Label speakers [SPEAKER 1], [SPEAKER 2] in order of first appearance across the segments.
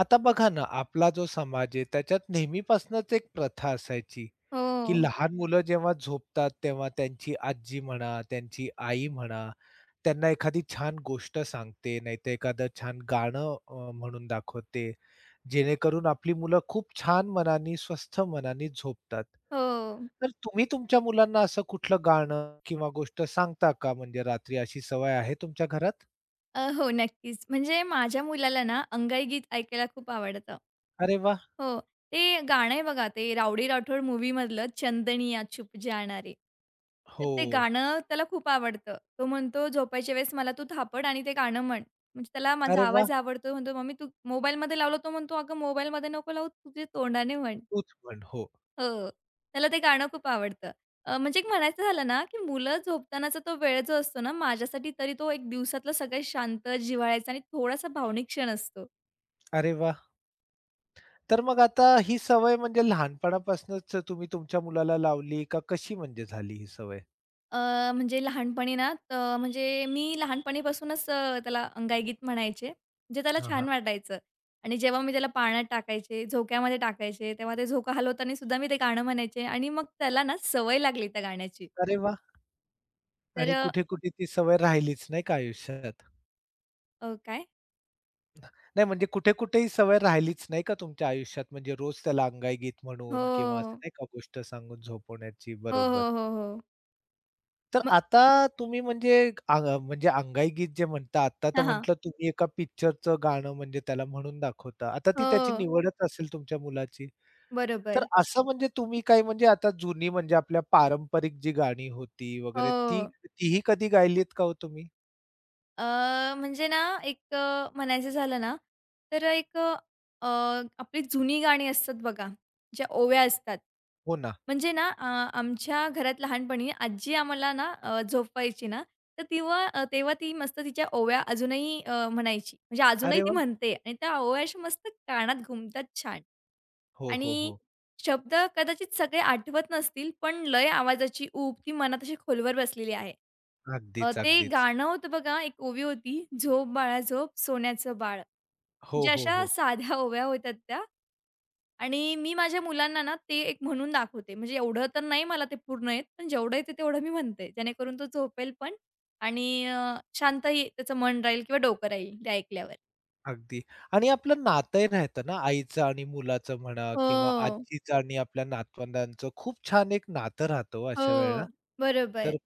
[SPEAKER 1] आता बघा ना, आपला जो समाज आहे त्याच्यात नेहमीपासूनच एक प्रथा असायची, की
[SPEAKER 2] हो,
[SPEAKER 1] लहान मुलं जेव्हा झोपतात तेव्हा त्यांची आजी म्हणा, त्यांची आई म्हणा, त्यांना एखादी छान गोष्ट सांगते, नाहीतर एखादं छान गाणं म्हणून दाखवते, जेणेकरून आपली मुलं खूप छान मनाने, स्वस्थ मनाने झोपतात.
[SPEAKER 2] हो.
[SPEAKER 1] तर तुम्ही तुमच्या मुलांना असं कुठलं गाणं किंवा गोष्ट सांगता का? म्हणजे रात्री अशी सवय आहे तुमच्या घरात?
[SPEAKER 2] हो, नक्कीच. म्हणजे माझ्या मुलाला ना अंगाई गीत ऐकायला खूप आवडतं.
[SPEAKER 1] अरे वाह!
[SPEAKER 2] हो, ते गाणं आहे बघा ते रावडी राठोड मूव्हीमधलं चंदनिया चुप जाना रे. तर
[SPEAKER 1] हो.
[SPEAKER 2] ते गाणं त्याला खूप आवडतं. तो म्हणतो झोपायच्या वेळेस मला तू थापड आणि ते गाणं म्हण. म्हणजे त्याला माझा
[SPEAKER 1] अरे वाह!
[SPEAKER 2] आवाज आवडतो. म्हणतो, "मम्मी तू मोबाईलमध्ये लावला." तो म्हणतो, "अगं मोबाईलमध्ये नको लावू, तुझ्या तोंडाने म्हण."
[SPEAKER 1] तूच म्हण. हो.
[SPEAKER 2] हो. त्याला ते गाणं खूप आवडतं. म्हणजे एक म्हणायचं झालं ना, की मुलं झोपतानाचा तो वेळ जो असतो ना, माझ्यासाठी तरी तो एक दिवसातला सगळ्यात शांत, जिव्हाळ्याचा आणि थोडासा भावनिक क्षण असतो.
[SPEAKER 1] अरे वाह! तर मग आता ही सवय म्हणजे लहानपणापासूनच तुम्ही तुमच्या मुलाला लावली का कशी म्हणजे झाली ही सवय?
[SPEAKER 2] अ, म्हणजे लहानपणी ना तर म्हणजे मी लहानपणीपासूनच त्याला अंगाईगीत म्हणायचे. जे त्याला
[SPEAKER 1] हां,
[SPEAKER 2] छान
[SPEAKER 1] हां.
[SPEAKER 2] वाटायचं आणि जेव्हा मी त्याला पाण्यात टाकायचे, झोक्यामध्ये टाकायचे, तेव्हा ते झोका हलवताना सुद्धा मी ते गाणं म्हणायचे आणि मग त्याला ना सवय लागली त्या गाण्याची.
[SPEAKER 1] अरे वाह!
[SPEAKER 2] तर
[SPEAKER 1] आणि कुठे-कुठे ती सवय राहिलीच नाही का आयुष्यात?
[SPEAKER 2] काय?
[SPEAKER 1] नाही म्हणजे कुठे-कुठे ही सवय राहिलीच नाही का तुमच्या आयुष्यात? म्हणजे रोज त्याला अंगाई गीत म्हणून किंवा असं
[SPEAKER 2] हो.
[SPEAKER 1] नाही का गोष्ट सांगून झोपवण्याची.
[SPEAKER 2] हो,
[SPEAKER 1] बरोबर.
[SPEAKER 2] हो, हो, हो.
[SPEAKER 1] तर
[SPEAKER 2] मग
[SPEAKER 1] आता तुम्ही म्हणजे म्हणजे अंगाई गीत जे म्हणता आता तर
[SPEAKER 2] हां, हां.
[SPEAKER 1] म्हटलं तुम्ही एका पिक्चरचं गाणं म्हणजे त्याला म्हणून दाखवता. आता ती त्याची
[SPEAKER 2] हो.
[SPEAKER 1] निवडच असेल तुमच्या मुलाची? तर
[SPEAKER 2] बरोबर.
[SPEAKER 1] असं म्हणजे तुम्ही काही म्हणजे आता जुनी म्हणजे आपल्या पारंपरिक जी गाणी होती वगैरे ती
[SPEAKER 2] हो.
[SPEAKER 1] तीही कधी गायलीत का हो तुम्ही?
[SPEAKER 2] अ, म्हणजे ना एक म्हणायचं झालं ना, तर एक अ, आपली जुनी गाणी असतात बघा, ज्या ओव्या असतात.
[SPEAKER 1] हो ना.
[SPEAKER 2] म्हणजे ना आमच्या घरात लहानपणी आजी आम्हाला ना झोपवायची ना, तर तेव्हा ती मस्त तिच्या ओव्या अजूनही म्हणायची. म्हणजे अजूनही
[SPEAKER 1] अरे
[SPEAKER 2] ती
[SPEAKER 1] वाह!
[SPEAKER 2] म्हणते आणि त्या ओव्या अशा मस्त कानात घुमतात छान.
[SPEAKER 1] हो, हो,
[SPEAKER 2] आणि
[SPEAKER 1] हो.
[SPEAKER 2] शब्द कदाचित सगळे आठवत नसतील, पण लय आवाजाची ऊब ती मनात अशी खोलवर बसलेली आहे.
[SPEAKER 1] अगदीच,
[SPEAKER 2] ते
[SPEAKER 1] अगदीच.
[SPEAKER 2] गाणं होतं बघा, एक ओवी होती, "झोप बाळा झोप सोन्याचं बाळ."
[SPEAKER 1] हो,
[SPEAKER 2] म्हणजे
[SPEAKER 1] हो,
[SPEAKER 2] अशा
[SPEAKER 1] हो.
[SPEAKER 2] साध्या ओव्या होत्या त्या आणि मी माझ्या मुलांना ना, ते एक म्हणून दाखवते. म्हणजे एवढं तर नाही मला ते पूर्ण येत, पण जेवढं येतं तेवढं मी म्हणते. जेणेकरून तो झोपेल पण आणि शांतही त्याचं मन राहील किंवा डोकं राहील ते ऐकल्यावर.
[SPEAKER 1] अगदी. आणि आपलं नातंही राहतं ना, आईचं आणि मुलाचं म्हणा किंवा
[SPEAKER 2] हो,
[SPEAKER 1] आजीचं आणि आपल्या नातवंडांचं खूप छान एक नातं राहतं हो अशा वेळेला.
[SPEAKER 2] हो. बरोबर.
[SPEAKER 1] तर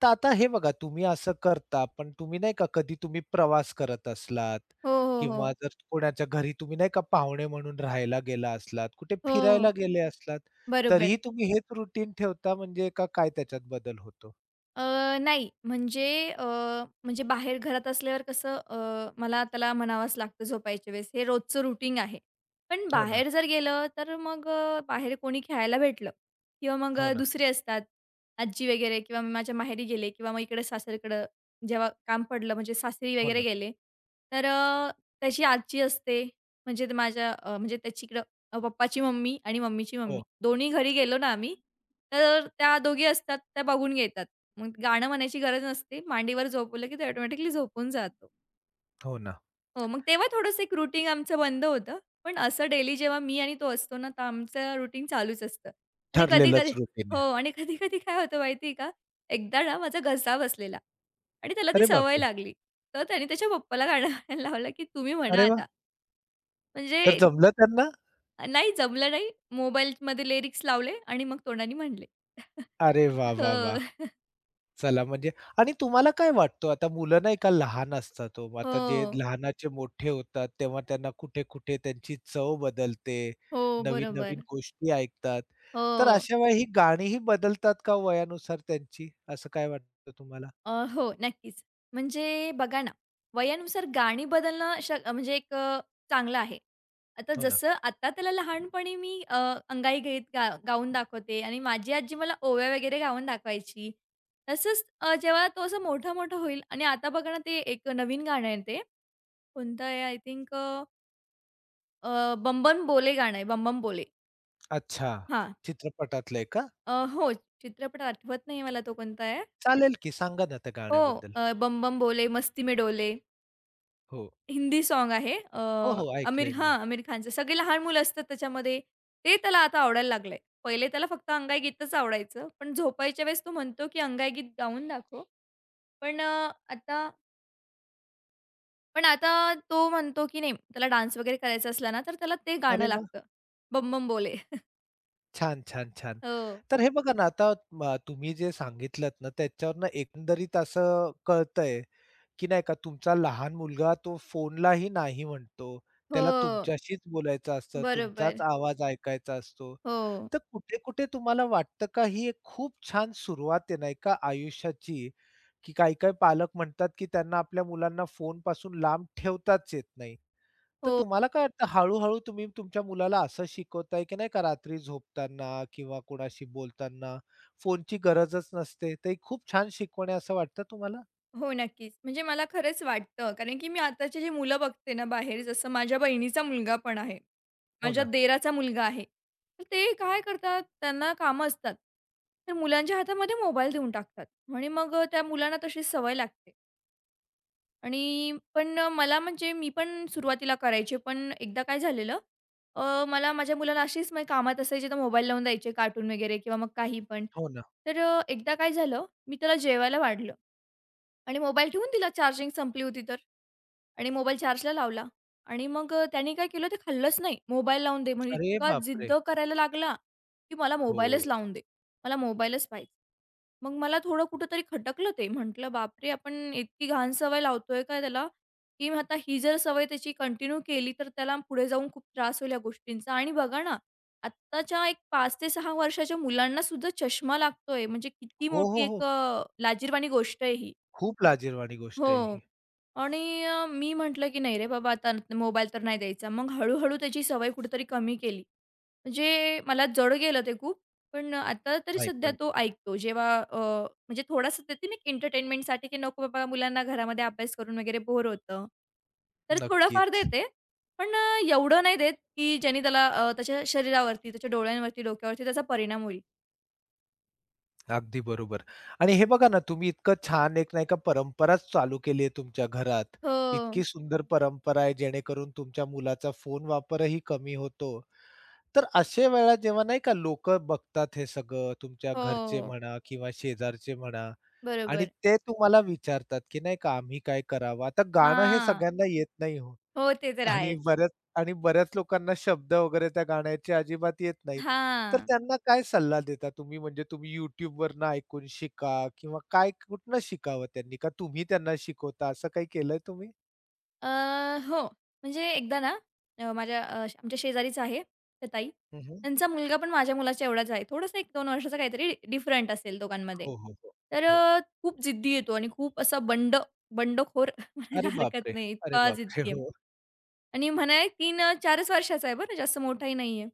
[SPEAKER 1] तर आता हे बघा तुम्ही असं करता, पण तुम्ही नाही का कधी तुम्ही प्रवास करत असलात
[SPEAKER 2] हो, हो, हो.
[SPEAKER 1] किंवा जर कोणाच्या घरी तुम्ही नाही का पाहुणे म्हणून राहायला गेला असलात, कुठे
[SPEAKER 2] हो,
[SPEAKER 1] फिरायला गेले असलात, तरीही
[SPEAKER 2] बरोबर.
[SPEAKER 1] तुम्ही हेच रुटीन ठेवता म्हणजे का काय त्याच्यात बदल होतो?
[SPEAKER 2] नाही. म्हणजे अ, म्हणजे बाहेर घरात असल्यावर कसं मला त्याला म्हणावंच लागतं झोपायच्या वेळेस. हे रोजचं रुटीन आहे. पण
[SPEAKER 1] हो ना,
[SPEAKER 2] बाहेर जर गेलं तर मग बाहेर कोणी खेळायला भेटलं किंवा मग
[SPEAKER 1] हो ना,
[SPEAKER 2] दुसरे असतात आजी वगैरे किंवा मी माझ्या माहेरी गेले किंवा मग इकडे सासरकडं जेव्हा काम पडलं म्हणजे सासरी
[SPEAKER 1] हो
[SPEAKER 2] वगैरे
[SPEAKER 1] ना.
[SPEAKER 2] गेले, तर त्याची आजी असते. म्हणजे ते माझ्या म्हणजे त्याची इकडं पप्पाची मम्मी आणि मम्मीची
[SPEAKER 1] हो,
[SPEAKER 2] मम्मी. दोन्ही घरी
[SPEAKER 1] हो,
[SPEAKER 2] गेलो ना आम्ही, तर त्या दोघी असतात त्या बघून घेतात. मग गाणं म्हणायची गरज नसते. मांडीवर झोपवलं की ते ऑटोमॅटिकली झोपून जातो.
[SPEAKER 1] हो ना.
[SPEAKER 2] हो, मग तेव्हा थोडंसं एक रूटीन आमचं बंद होतं. पण असं डेली जेव्हा मी आणि तो असतो ना, तर आमचं रूटीन चालूच असतं. आणि कधी-कधी
[SPEAKER 1] ठरलेलंच
[SPEAKER 2] हो
[SPEAKER 1] रुटीन.
[SPEAKER 2] आणि कधी-कधी काय होतं माहिती का? एकदा ना माझा घसा बसलेला आणि त्याला ती
[SPEAKER 1] अरे
[SPEAKER 2] सवय
[SPEAKER 1] बापरे!
[SPEAKER 2] लागली. तर त्याने त्याच्या पप्पाला गाणं म्हणायला लावलं की तुम्ही म्हणा
[SPEAKER 1] अरे वाह!
[SPEAKER 2] आता. म्हणजे
[SPEAKER 1] तर जमलं त्यांना?
[SPEAKER 2] नाही जमलं नाही. मोबाईलमध्ये लिरिक्स लावले आणि मग तोंडाने म्हणले.
[SPEAKER 1] अरे वाह, वाह,
[SPEAKER 2] हो.
[SPEAKER 1] वाह! चला म्हणजे आणि तुम्हाला काय वाटतं आता मुलं नाही का लहान असतात हो, आता जे
[SPEAKER 2] हो.
[SPEAKER 1] लहानाचे मोठे होतात तेव्हा त्यांना कुठे-कुठे त्यांची चव बदलते,
[SPEAKER 2] हो,
[SPEAKER 1] नवीन-नवीन
[SPEAKER 2] बरोबर.
[SPEAKER 1] गोष्टी ऐकतात. तर
[SPEAKER 2] हो.
[SPEAKER 1] अशा वेळी ही गाणीही बदलतात का हो वयानुसार त्यांची? असं काय वाटतं तुम्हाला?
[SPEAKER 2] हो, नक्कीच. म्हणजे बघा ना, वयानुसार गाणी बदलणं म्हणजे एक चांगलं आहे. आता
[SPEAKER 1] हो ना.
[SPEAKER 2] जसं आता त्याला लहानपणी मी अंगाई गीत गाऊन दाखवते आणि माझी आजी मला ओव्या वगैरे गाऊन दाखवायची. तसंच जेव्हा तो असं मोठा-मोठा होईल आणि आता बघा ना, ते एक नवीन गाणं आहे ते. कोणतं आहे आय थिंक बोले गाणं आहे. बम बोले.
[SPEAKER 1] अच्छा.
[SPEAKER 2] हां.
[SPEAKER 1] चित्रपटातलंय का?
[SPEAKER 2] हो, चित्रपट आठवत नाही मला तो कोणता आहे.
[SPEAKER 1] चालेल की सांगा ना त्या
[SPEAKER 2] हो,
[SPEAKER 1] गाण्याबद्दल.
[SPEAKER 2] बम बम बोले मस्ती में डोले.
[SPEAKER 1] हो.
[SPEAKER 2] हिंदी साँग आहे.
[SPEAKER 1] हो, हो
[SPEAKER 2] आमिर
[SPEAKER 1] ऐकलंय
[SPEAKER 2] हां,
[SPEAKER 1] मी.
[SPEAKER 2] आमिर खानचं. सगळे लहान मुलं असतात त्याच्यामध्ये. ते त्याला आता आवडायला लागलंय. पहिले त्याला फक्त अंगाई गीतच आवडायचं. पण झोपायच्या वेळेस तो म्हणतो, की अंगाई गीत गाऊन दाखव. पण अ, आता पण आता तो म्हणतो, की नाही त्याला डान्स वगैरे करायचा असला ना, तर त्याला ते गाणं
[SPEAKER 1] अरे वाह!
[SPEAKER 2] लागतं. बम बम बोले.
[SPEAKER 1] छान, छान, छान.
[SPEAKER 2] हो.
[SPEAKER 1] तर हे बघा ना, आता तुम्ही जे सांगितलंत ना, त्याच्यावरनं एकंदरीत असं कळतंय, की नाही का तुमचा लहान मुलगा तो फोनलाही नाही म्हणतो. त्याला
[SPEAKER 2] हो.
[SPEAKER 1] तुमच्याशीच बोलायचं असतं, तुमचाच
[SPEAKER 2] बरोबर.
[SPEAKER 1] आवाज ऐकायचा असतो.
[SPEAKER 2] हो.
[SPEAKER 1] तर कुठे-कुठे तुम्हाला वाटतं का ही एक खूप छान सुरुवात आहे नाही का आयुष्याची, की काही-काही पालक म्हणतात, की त्यांना आपल्या मुलांना फोनपासून लांब ठेवताच येत नाही. तर
[SPEAKER 2] हो.
[SPEAKER 1] तुम्हाला काय वाटतं हळू-हळू तुम्ही तुमच्या मुलाला असं शिकवताय, की नाही का रात्री झोपताना किंवा कोणाशी बोलताना फोनची गरजच नसते. ते खूप छान शिकवण आहे असं वाटतं तुम्हाला?
[SPEAKER 2] हो, नक्कीच. म्हणजे मला खरंच वाटतं, कारण की मी आताची जी मुलं बघते ना बाहेर, जसं माझ्या बहिणीचा मुलगा पण आहे.
[SPEAKER 1] हो
[SPEAKER 2] माझ्या
[SPEAKER 1] ना,
[SPEAKER 2] दिराचा मुलगा आहे. तर ते काय करतात, त्यांना कामं असतात. तर मुलांच्या हातामध्ये मोबाईल देऊन टाकतात आणि मग त्या मुलांना तशी सवय लागते आणि पण मला म्हणजे मी पण सुरुवातीला करायचे, पण एकदा काय झालेलं, मला माझ्या मुलाला अशीच मी कामात असायचे तर मोबाईल लावून द्यायचे कार्टून वगैरे किंवा मग काही पण.
[SPEAKER 1] हो ना.
[SPEAKER 2] तर एकदा काय झालं, मी त्याला जेवायला वाढलं. आणि मोबाईल ठेवून दिला चार्जिंग संपली होती तर आणि मोबाईल चार्जला लावला आणि मग त्याने काय केलं ते खाल्लंच नाही. मोबाईल लावून दे म्हणजे
[SPEAKER 1] अरे
[SPEAKER 2] इतका
[SPEAKER 1] बापरे!
[SPEAKER 2] जिद्द करायला लागला, की मला
[SPEAKER 1] हो.
[SPEAKER 2] मोबाईलच लावून दे. मला मोबाईलच पाहिजे. मग मला थोडं कुठेतरी खटकलं ते. म्हटलं बापरे! आपण इतकी घाण सवय लावतोय का त्याला? की मग आता ही जर सवय त्याची कंटिन्यू केली तर त्याला पुढे जाऊन खूप त्रास होईल या गोष्टींचा. आणि बघा ना, आत्ताच्या एक 5 ते 6 वर्षाच्या मुलांना सुद्धा चष्मा लागतोय. म्हणजे किती
[SPEAKER 1] हो,
[SPEAKER 2] मोठी
[SPEAKER 1] हो,
[SPEAKER 2] एक
[SPEAKER 1] हो.
[SPEAKER 2] लाजिरवाणी गोष्ट आहे ही.
[SPEAKER 1] खूप लाजिरवाणी गोष्ट आहे
[SPEAKER 2] हो.
[SPEAKER 1] ही.
[SPEAKER 2] आणि मी म्हटलं, की "नाही रे बाबा, आता मोबाईल तर नाही द्यायचा." मग हळू-हळू त्याची सवय कुठेतरी कमी केली. म्हणजे मला जड गेलं ते खूप. पण आता तरी
[SPEAKER 1] नाही
[SPEAKER 2] सध्या
[SPEAKER 1] पण
[SPEAKER 2] तो ऐकतो. जेव्हा म्हणजे थोडासा देते ना, की एंटरटेनमेंटसाठी, की नको बाबा मुलांना घरामध्ये अभ्यास करून वगैरे बोर होतं. तर थोडंफार
[SPEAKER 1] नक्कीच.
[SPEAKER 2] देते. पण एवढं नाही देत, की ज्याने त्याला त्याच्या शरीरावरती, त्याच्या डोळ्यांवरती, डोक्यावरती त्याचा परिणाम होईल.
[SPEAKER 1] अगदी बरोबर. आणि हे बघा ना तुम्ही इतकं छान एक नाही का परंपराच चालू केली आहे तुमच्या घरात.
[SPEAKER 2] हो,
[SPEAKER 1] इतकी सुंदर परंपरा आहे जेणेकरून तुमच्या मुलाचा फोन वापरही कमी होतो. तर अशा वेळा जेव्हा नाही का लोकं बघतात हे सगळं, तुमच्या घरचे
[SPEAKER 2] हो.
[SPEAKER 1] म्हणा किंवा शेजारचे म्हणा आणि
[SPEAKER 2] बरोबर.
[SPEAKER 1] ते तुम्हाला विचारतात, की नाही का आम्ही काय करावं? आता गाणं हे
[SPEAKER 2] हां.
[SPEAKER 1] सगळ्यांना येत नाही हो
[SPEAKER 2] हो, ते तर
[SPEAKER 1] आणि
[SPEAKER 2] आहेच.
[SPEAKER 1] बऱ्याच आणि बऱ्याच लोकांना शब्द वगैरे त्या गाण्याचे अजिबात येत नाहीत. तर
[SPEAKER 2] हां.
[SPEAKER 1] त्यांना काय सल्ला देता तुम्ही? म्हणजे तुम्ही YouTubeवरनं ऐकून शिका किंवा काय कुठनं शिकावं त्यांनी? का तुम्ही त्यांना शिकवता? असं काही केलंय तुम्ही?
[SPEAKER 2] अ, हो. म्हणजे एकदा ना आमच्या शेजारीच आहे त्या ताई.
[SPEAKER 1] हं,
[SPEAKER 2] त्यांचा मुलगा पण माझ्या मुलाच्या एवढाच आहे. थोडंसं 1 ते 2 वर्षाचा काहीतरी डिफरंट असेल दोघांमध्ये.
[SPEAKER 1] हो, हो, हो.
[SPEAKER 2] तर
[SPEAKER 1] हो.
[SPEAKER 2] खूप जिद्दी येतो आणि खूप असा बंडखोर म्हणायला
[SPEAKER 1] अरे
[SPEAKER 2] हरकत
[SPEAKER 1] बापरे!
[SPEAKER 2] नाही.
[SPEAKER 1] अरे
[SPEAKER 2] इतका
[SPEAKER 1] बापरे!
[SPEAKER 2] जिद्दी आहे.
[SPEAKER 1] हो.
[SPEAKER 2] आणि म्हणाय 3-4च वर्षाचा आहे बरं, जास्त मोठाही नाहीये.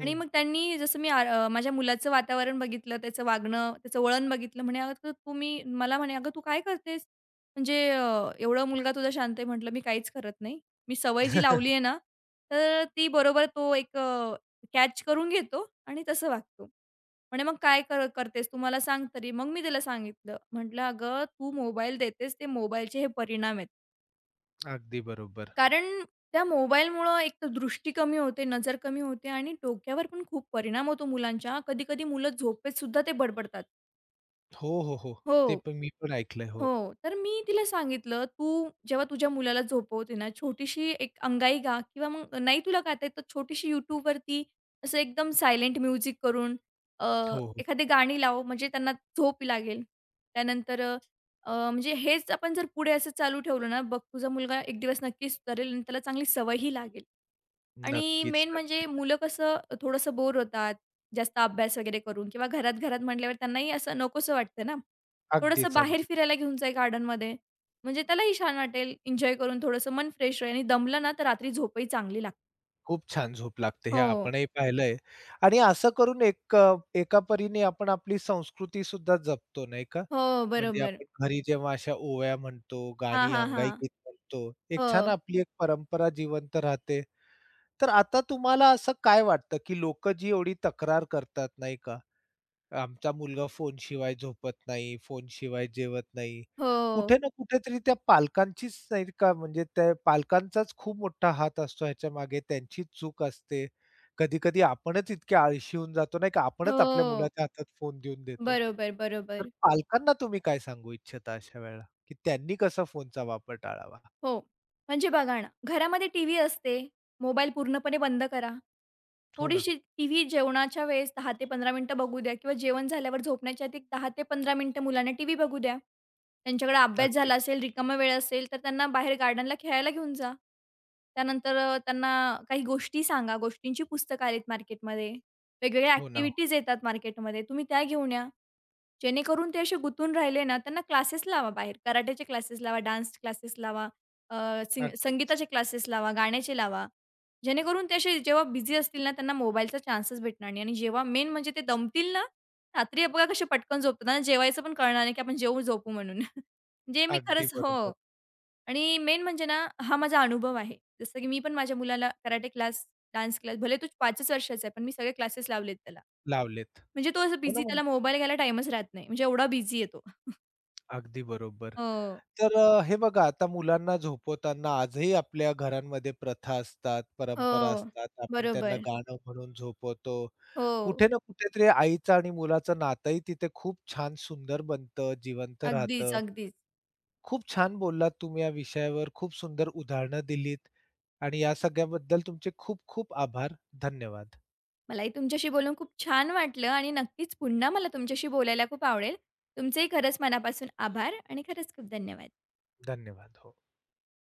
[SPEAKER 2] आणि मग त्यांनी जसं माझ्या मुलाचं वातावरण बघितलं, त्याचं वागणं, त्याचं वळण बघितलं. म्हणे, "अगं तू तू मी" मला म्हणे, "अगं तू काय करतेस? म्हणजे एवढा मुलगा तुझा शांत आहे." म्हटलं, "मी काहीच करत नाही. मी सवय जी लावली आहे ना, तर ती बरोबर तो एक कॅच करून घेतो आणि तसं वागतो." म्हणे, "मग काय करतेस? तू मला सांग तरी." मग मी त्याला सांगितलं. म्हटलं, "अगं तू मोबाईल देतेस, ते मोबाईलचे हे परिणाम आहेत.
[SPEAKER 1] अगदी बरोबर.
[SPEAKER 2] कारण त्या मोबाईलमुळं एक तर दृष्टी कमी होते, नजर कमी होते आणि डोक्यावर पण खूप परिणाम होतो मुलांच्या. कधी-कधी मुलं झोपेत सुद्धा ते बडबडतात.
[SPEAKER 1] हो, हो, हो.
[SPEAKER 2] हो.
[SPEAKER 1] ते पण मी पण ऐकलंय. हो.
[SPEAKER 2] हो, तर मी तिला सांगितलं, "तू जेव्हा तुझ्या मुलाला झोपवते ना, छोटीशी एक अंगाई गा किंवा मग नाही तुला गाता तर छोटीशी YouTubeवरती असं एकदम सायलेंट म्युझिक करून अ,
[SPEAKER 1] हो, हो.
[SPEAKER 2] एखादी गाणी लाव, म्हणजे त्यांना झोप लागेल." त्यानंतर म्हणजे हेच आपण जर पुढे असं चालू ठेवलं ना, बघ तुझा मुलगा एक दिवस नक्कीच सुधारेल आणि त्याला चांगली सवयही लागेल. आणि
[SPEAKER 1] नक्कीच,
[SPEAKER 2] मेन म्हणजे
[SPEAKER 1] नक्कीच.
[SPEAKER 2] मुलं कसं थोडंसं बोर होतात, जास्त अभ्यास वगैरे करून किंवा घरात-घरात म्हटल्यावर त्यांनाही असं नकोसं वाटतं ना. थोडंसं
[SPEAKER 1] अगदीच,
[SPEAKER 2] बाहेर
[SPEAKER 1] अगदीच.
[SPEAKER 2] फिरायला घेऊन जाई गार्डनमध्ये. म्हणजे त्यालाही छान वाटेल, एन्जॉय करून थोडंसं मन फ्रेश होईल आणि दमलं ना, तर रात्री झोपही चांगली लागते.
[SPEAKER 1] खूप छान झोप लागते हे
[SPEAKER 2] हो,
[SPEAKER 1] आपणही पाहिलंय आणि असं करून एका परीने आपण आपली संस्कृती सुद्धा जपतो नाही का?
[SPEAKER 2] हो,
[SPEAKER 1] म्हणजे
[SPEAKER 2] बरोबर.
[SPEAKER 1] आपण घरी जेव्हा अशा ओव्या म्हणतो,
[SPEAKER 2] हां,
[SPEAKER 1] गाणी,
[SPEAKER 2] हां,
[SPEAKER 1] अंगाई
[SPEAKER 2] हां.
[SPEAKER 1] गीत म्हणतो, एक छान
[SPEAKER 2] हो,
[SPEAKER 1] आपली एक परंपरा जिवंत राहते. तर आता तुम्हाला असं काय वाटतं, की लोकं जी एवढी तक्रार करतात नाही का? आमचा मुलगा फोनशिवाय झोपत नाही, फोनशिवाय जेवत नाही.
[SPEAKER 2] हो,
[SPEAKER 1] कुठे ना कुठेतरी त्या पालकांचीच नाही का म्हणजे त्या पालकांचाच खूप मोठा हात असतो ह्याच्या मागे त्यांचीच चूक असते. कधी-कधी आपणच इतके आळशी होऊन जातो नाही का, आपणच आपल्या
[SPEAKER 2] हो.
[SPEAKER 1] मुलाच्या हातात फोन देऊन देतो.
[SPEAKER 2] बरोबर,
[SPEAKER 1] तर
[SPEAKER 2] बरोबर.
[SPEAKER 1] पालकांना तुम्ही काय सांगू इच्छिता अशा वेळेला, की त्यांनी कसा फोनचा वापर टाळावा?
[SPEAKER 2] हो. म्हणजे बघा ना, घरामध्ये टीव्ही असते, मोबाईल पूर्णपणे बंद करा.
[SPEAKER 1] हो ना.
[SPEAKER 2] थोडीशी टीव्ही जेवणाच्या वेळेस 10 ते 15 मिनिटं बघू द्या किंवा जेवण झाल्यावर झोपण्याच्या आधी 10 ते 15 मिनिटं मुलांना टीव्ही बघू द्या. त्यांच्याकडे अभ्यास
[SPEAKER 1] अगदी.
[SPEAKER 2] झाला असेल, रिकामा वेळ असेल, तर त्यांना बाहेर गार्डनला खेळायला घेऊन जा. त्यानंतर त्यांना काही गोष्टी सांगा. गोष्टींची पुस्तकं आलीत मार्केटमध्ये. वेगवेगळ्या
[SPEAKER 1] हो ना. हो.
[SPEAKER 2] ॲक्टिव्हिटीज येतात मार्केटमध्ये. तुम्ही त्या घेऊन या. जेणेकरून ते असे गुंतून राहिले ना, त्यांना क्लासेस लावा बाहेर. कराटेचे क्लासेस लावा, डान्स क्लासेस लावा, अ,
[SPEAKER 1] अगदी.
[SPEAKER 2] संगीताचे क्लासेस लावा, गाण्याचे लावा. जेणेकरून ते असे जेव्हा बिझी असतील ना, त्यांना मोबाईलचा चान्सच भेटणार नाही आणि जेव्हा मेन म्हणजे ते दमतील ना रात्री बघा कसे पटकन झोपतात आणि जेवायचं पण कळणार नाही, की आपण जेवू झोपू म्हणून. म्हणजे मी
[SPEAKER 1] अगदी
[SPEAKER 2] खरंच हो.
[SPEAKER 1] बरोबर.
[SPEAKER 2] आणि मेन म्हणजे ना, हा माझा अनुभव आहे. जसं की मी पण माझ्या मुलाला कराटे क्लास, डान्स क्लास भले तो 5च वर्षाचा आहे, पण मी सगळे क्लासेस लावलेत त्याला.
[SPEAKER 1] लावलेत.
[SPEAKER 2] म्हणजे तो असं
[SPEAKER 1] हो ना,
[SPEAKER 2] बिझी
[SPEAKER 1] मग
[SPEAKER 2] त्याला मोबाईल घ्यायला टाईमच राहत नाही. म्हणजे एवढा बिझी आहे
[SPEAKER 1] अगदी बरोबर.
[SPEAKER 2] हो.
[SPEAKER 1] तर हे बघा आता मुलांना झोपवताना आजही आपल्या घरांमध्ये प्रथा असतात, परंपरा
[SPEAKER 2] हो.
[SPEAKER 1] असतात. आपण त्यांना
[SPEAKER 2] बरोबर.
[SPEAKER 1] गाणं म्हणून झोपवतो.
[SPEAKER 2] हो.
[SPEAKER 1] कुठे ना कुठेतरी आईचं आणि मुलाचं नातंही तिथे खूप छान सुंदर बनतं, जिवंत
[SPEAKER 2] अगदीच,
[SPEAKER 1] राहतं.
[SPEAKER 2] अगदीच.
[SPEAKER 1] खूप छान बोललात तुम्ही या विषयावर. खूप सुंदर उदाहरणं दिलीत आणि या सगळ्याबद्दल तुमचे खूप खूप आभार. धन्यवाद.
[SPEAKER 2] मलाही तुमच्याशी बोलून खूप छान वाटलं आणि नक्कीच पुन्हा मला तुमच्याशी बोलायला खूप आवडेल. तुमचेही खरंच मनापासून आभार आणि खरंच खूप धन्यवाद.
[SPEAKER 1] धन्यवाद. हो.